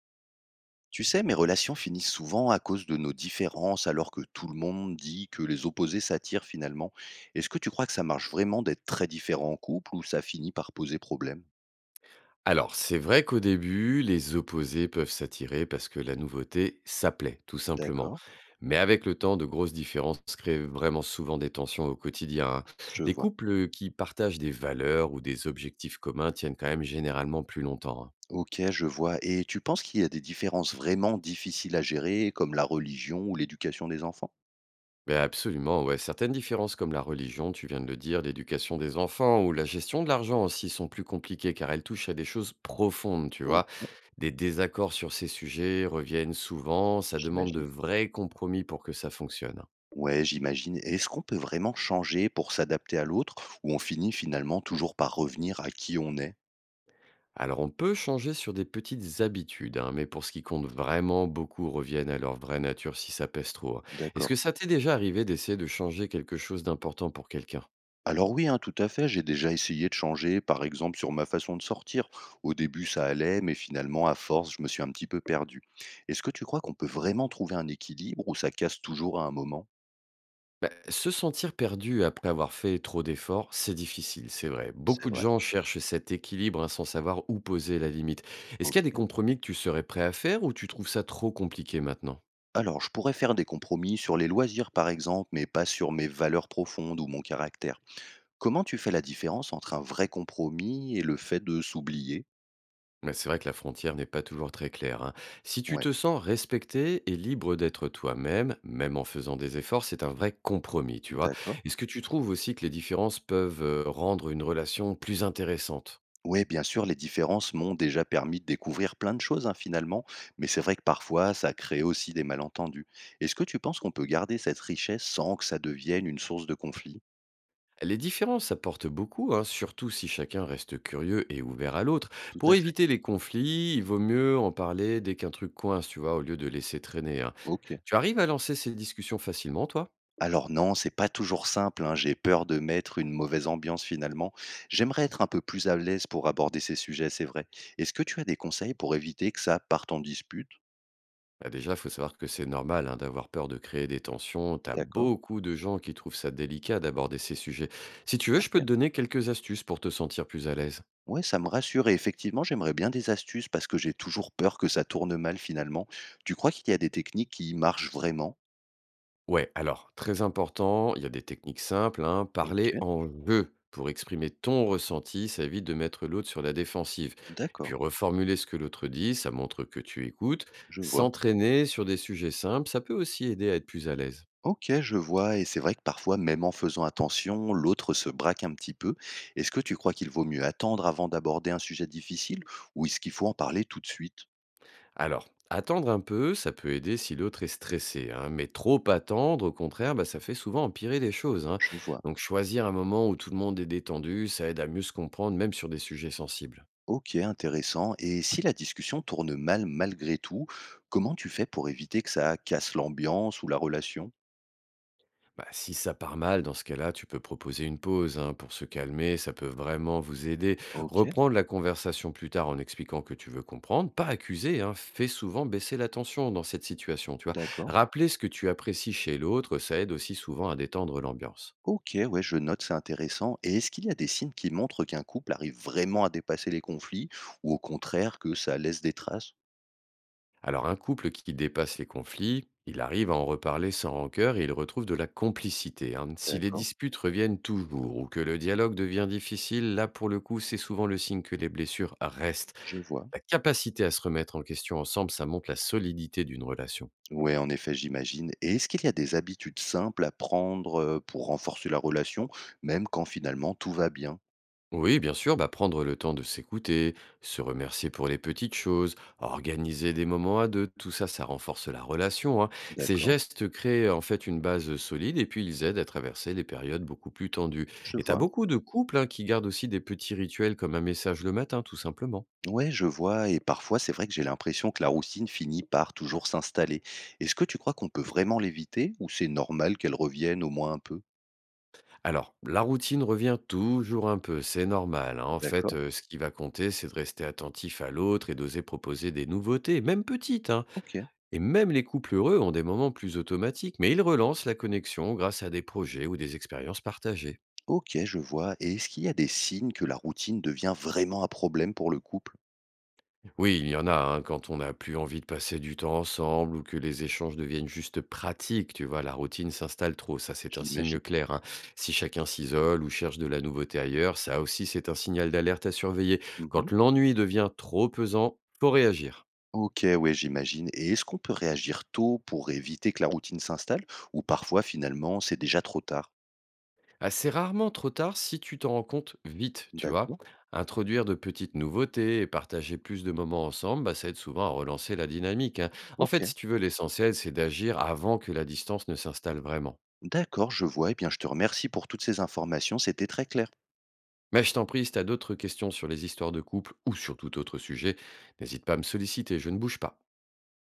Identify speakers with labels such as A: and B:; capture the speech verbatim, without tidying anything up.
A: Tu sais, mes relations finissent souvent à cause de nos différences, alors que tout le monde dit que les opposés s'attirent finalement. Est-ce que tu crois que ça marche vraiment d'être très différent en couple ou ça finit par poser problème?
B: Alors, c'est vrai qu'au début, les opposés peuvent s'attirer parce que la nouveauté, ça plaît, tout simplement.
A: D'accord,
B: Mais avec le temps, de grosses différences créent vraiment souvent des tensions au quotidien, hein.
A: je
B: Les
A: vois.
B: couples qui partagent des valeurs ou des objectifs communs tiennent quand même généralement plus longtemps, hein.
A: Ok, je vois. Et tu penses qu'il y a des différences vraiment difficiles à gérer, comme la religion ou l'éducation des enfants?
B: Ben absolument, ouais. Certaines différences comme la religion, tu viens de le dire, l'éducation des enfants ou la gestion de l'argent aussi sont plus compliquées car elles touchent à des choses profondes, tu
A: Ok,
B: vois. Des désaccords sur ces sujets reviennent souvent, ça demande de
A: j'imagine.
B: vrais compromis pour que ça fonctionne.
A: Ouais, j'imagine. Et est-ce qu'on peut vraiment changer pour s'adapter à l'autre ou on finit finalement toujours par revenir à qui on est?
B: Alors on peut changer sur des petites habitudes, hein, mais pour ce qui compte vraiment, beaucoup reviennent à leur vraie nature si ça pèse trop, hein. Est-ce
A: D'accord.
B: que ça t'est déjà arrivé d'essayer de changer quelque chose d'important pour quelqu'un?
A: Alors oui, hein, tout à fait, j'ai déjà essayé de changer, par exemple sur ma façon de sortir. Au début, ça allait, mais finalement, à force, je me suis un petit peu perdu. Est-ce que tu crois qu'on peut vraiment trouver un équilibre ou ça casse toujours à un moment?
B: Bah, se sentir perdu après avoir fait trop d'efforts, c'est difficile, c'est vrai.
A: C'est
B: Beaucoup de
A: vrai.
B: gens cherchent cet équilibre, hein, sans savoir où poser la limite. Est-ce
A: Ok.
B: qu'il y a des compromis que tu serais prêt à faire ou tu trouves ça trop compliqué maintenant?
A: Alors, je pourrais faire des compromis sur les loisirs, par exemple, mais pas sur mes valeurs profondes ou mon caractère. Comment tu fais la différence entre un vrai compromis et le fait de s'oublier?
B: Mais c'est vrai que la frontière n'est pas toujours très claire, hein. Si tu
A: Ouais,
B: te sens respecté et libre d'être toi-même, même en faisant des efforts, c'est un vrai compromis, tu vois.
A: d'accord.
B: Est-ce que tu trouves aussi que les différences peuvent euh, rendre une relation plus intéressante?
A: Ouais, bien sûr, les différences m'ont déjà permis de découvrir plein de choses, hein, finalement, mais c'est vrai que parfois, ça crée aussi des malentendus. Est-ce que tu penses qu'on peut garder cette richesse sans que ça devienne une source de conflit?
B: Les différences apportent beaucoup, hein, surtout si chacun reste curieux et ouvert à l'autre.
A: Tout à
B: Pour
A: fait.
B: éviter les conflits, il vaut mieux en parler dès qu'un truc coince, tu vois, au lieu de laisser traîner, hein.
A: Ok.
B: Tu arrives à lancer ces discussions facilement, toi?
A: Alors non, c'est pas toujours simple, hein, j'ai peur de mettre une mauvaise ambiance finalement. J'aimerais être un peu plus à l'aise pour aborder ces sujets, c'est vrai. Est-ce que tu as des conseils pour éviter que ça parte en dispute?
B: Bah, déjà, faut savoir que c'est normal, hein, d'avoir peur de créer des tensions. T'as
A: D'accord.
B: beaucoup de gens qui trouvent ça délicat d'aborder ces sujets. Si tu veux, je
A: Ok.
B: peux te donner quelques astuces pour te sentir plus à l'aise.
A: Ouais, ça me rassure et effectivement, j'aimerais bien des astuces parce que j'ai toujours peur que ça tourne mal finalement. Tu crois qu'il y a des techniques qui marchent vraiment?
B: Ouais, alors, très important, il y a des techniques simples, hein, parler
A: Ok,
B: en jeu pour exprimer ton ressenti, ça évite de mettre l'autre sur la défensive. Et
A: d'accord,
B: puis reformuler ce que l'autre dit, ça montre que tu écoutes.
A: je vois.
B: S'entraîner sur des sujets simples, ça peut aussi aider à être plus à l'aise.
A: Ok, je vois, et c'est vrai que parfois, même en faisant attention, l'autre se braque un petit peu. Est-ce que tu crois qu'il vaut mieux attendre avant d'aborder un sujet difficile ou est-ce qu'il faut en parler tout de suite?
B: Alors, attendre un peu, ça peut aider si l'autre est stressé, hein, mais trop attendre, au contraire, bah, ça fait souvent empirer les choses, hein.
A: Je vois.
B: Donc, choisir un moment où tout le monde est détendu, ça aide à mieux se comprendre, même sur des sujets sensibles.
A: Ok, intéressant. Et si la discussion tourne mal malgré tout, comment tu fais pour éviter que ça casse l'ambiance ou la relation?
B: Bah, si ça part mal, dans ce cas-là, tu peux proposer une pause, hein, pour se calmer, ça peut vraiment vous aider.
A: Ok,
B: Reprendre la conversation plus tard en expliquant que tu veux comprendre, pas accuser, hein, fait souvent baisser la tension dans cette situation, tu vois.
A: d'accord.
B: Rappeler ce que tu apprécies chez l'autre, ça aide aussi souvent à détendre l'ambiance.
A: Ok, ouais, je note, c'est intéressant. Et est-ce qu'il y a des signes qui montrent qu'un couple arrive vraiment à dépasser les conflits ou au contraire que ça laisse des traces?
B: Alors un couple qui dépasse les conflits, il arrive à en reparler sans rancœur et il retrouve de la complicité, hein. Si les
A: D'accord,
B: disputes reviennent toujours ou que le dialogue devient difficile, là pour le coup c'est souvent le signe que les blessures restent.
A: je vois.
B: La capacité à se remettre en question ensemble, ça montre la solidité d'une relation.
A: Ouais, en effet, j'imagine. Et est-ce qu'il y a des habitudes simples à prendre euh, pour renforcer la relation, même quand finalement tout va bien?
B: Oui, bien sûr, bah, prendre le temps de s'écouter, se remercier pour les petites choses, organiser des moments à deux, tout ça, ça renforce la relation, hein. Ces
A: D'accord,
B: gestes créent en fait une base solide et puis ils aident à traverser les périodes beaucoup plus tendues.
A: je
B: Et t'as
A: vois.
B: beaucoup de couples, hein, qui gardent aussi des petits rituels comme un message le matin, tout simplement.
A: Ouais, je vois. Et parfois, c'est vrai que j'ai l'impression que la routine finit par toujours s'installer. Est-ce que tu crois qu'on peut vraiment l'éviter ou c'est normal qu'elle revienne au moins un peu?
B: Alors, la routine revient toujours un peu, c'est normal, hein. En fait,
A: D'accord,
B: euh, ce qui va compter, c'est de rester attentif à l'autre et d'oser proposer des nouveautés, même petites, hein.
A: ok.
B: Et même les couples heureux ont des moments plus automatiques, mais ils relancent la connexion grâce à des projets ou des expériences partagées.
A: Ok, je vois, et est-ce qu'il y a des signes que la routine devient vraiment un problème pour le couple?
B: Oui, il y en a, hein, quand on n'a plus envie de passer du temps ensemble ou que les échanges deviennent juste pratiques, tu vois, la routine s'installe trop, ça c'est un signe
A: J'imagine.
B: clair, hein. Si chacun s'isole ou cherche de la nouveauté ailleurs, ça aussi c'est un signal d'alerte à surveiller.
A: Mmh.
B: Quand l'ennui devient trop pesant, faut réagir.
A: Ok, ouais, j'imagine, et est-ce qu'on peut réagir tôt pour éviter que la routine s'installe ou parfois finalement c'est déjà trop tard?
B: Ah, c'est rarement trop tard si tu t'en rends compte vite, tu vois.
A: D'accord.
B: Introduire de petites nouveautés et partager plus de moments ensemble, bah, ça aide souvent à relancer la dynamique, hein. En fait,
A: Ok.
B: si tu veux, l'essentiel, c'est d'agir avant que la distance ne s'installe vraiment.
A: D'accord, je vois, et bien je te remercie pour toutes ces informations, c'était très clair.
B: Mais je t'en prie, si tu as d'autres questions sur les histoires de couple ou sur tout autre sujet, n'hésite pas à me solliciter, je ne bouge pas.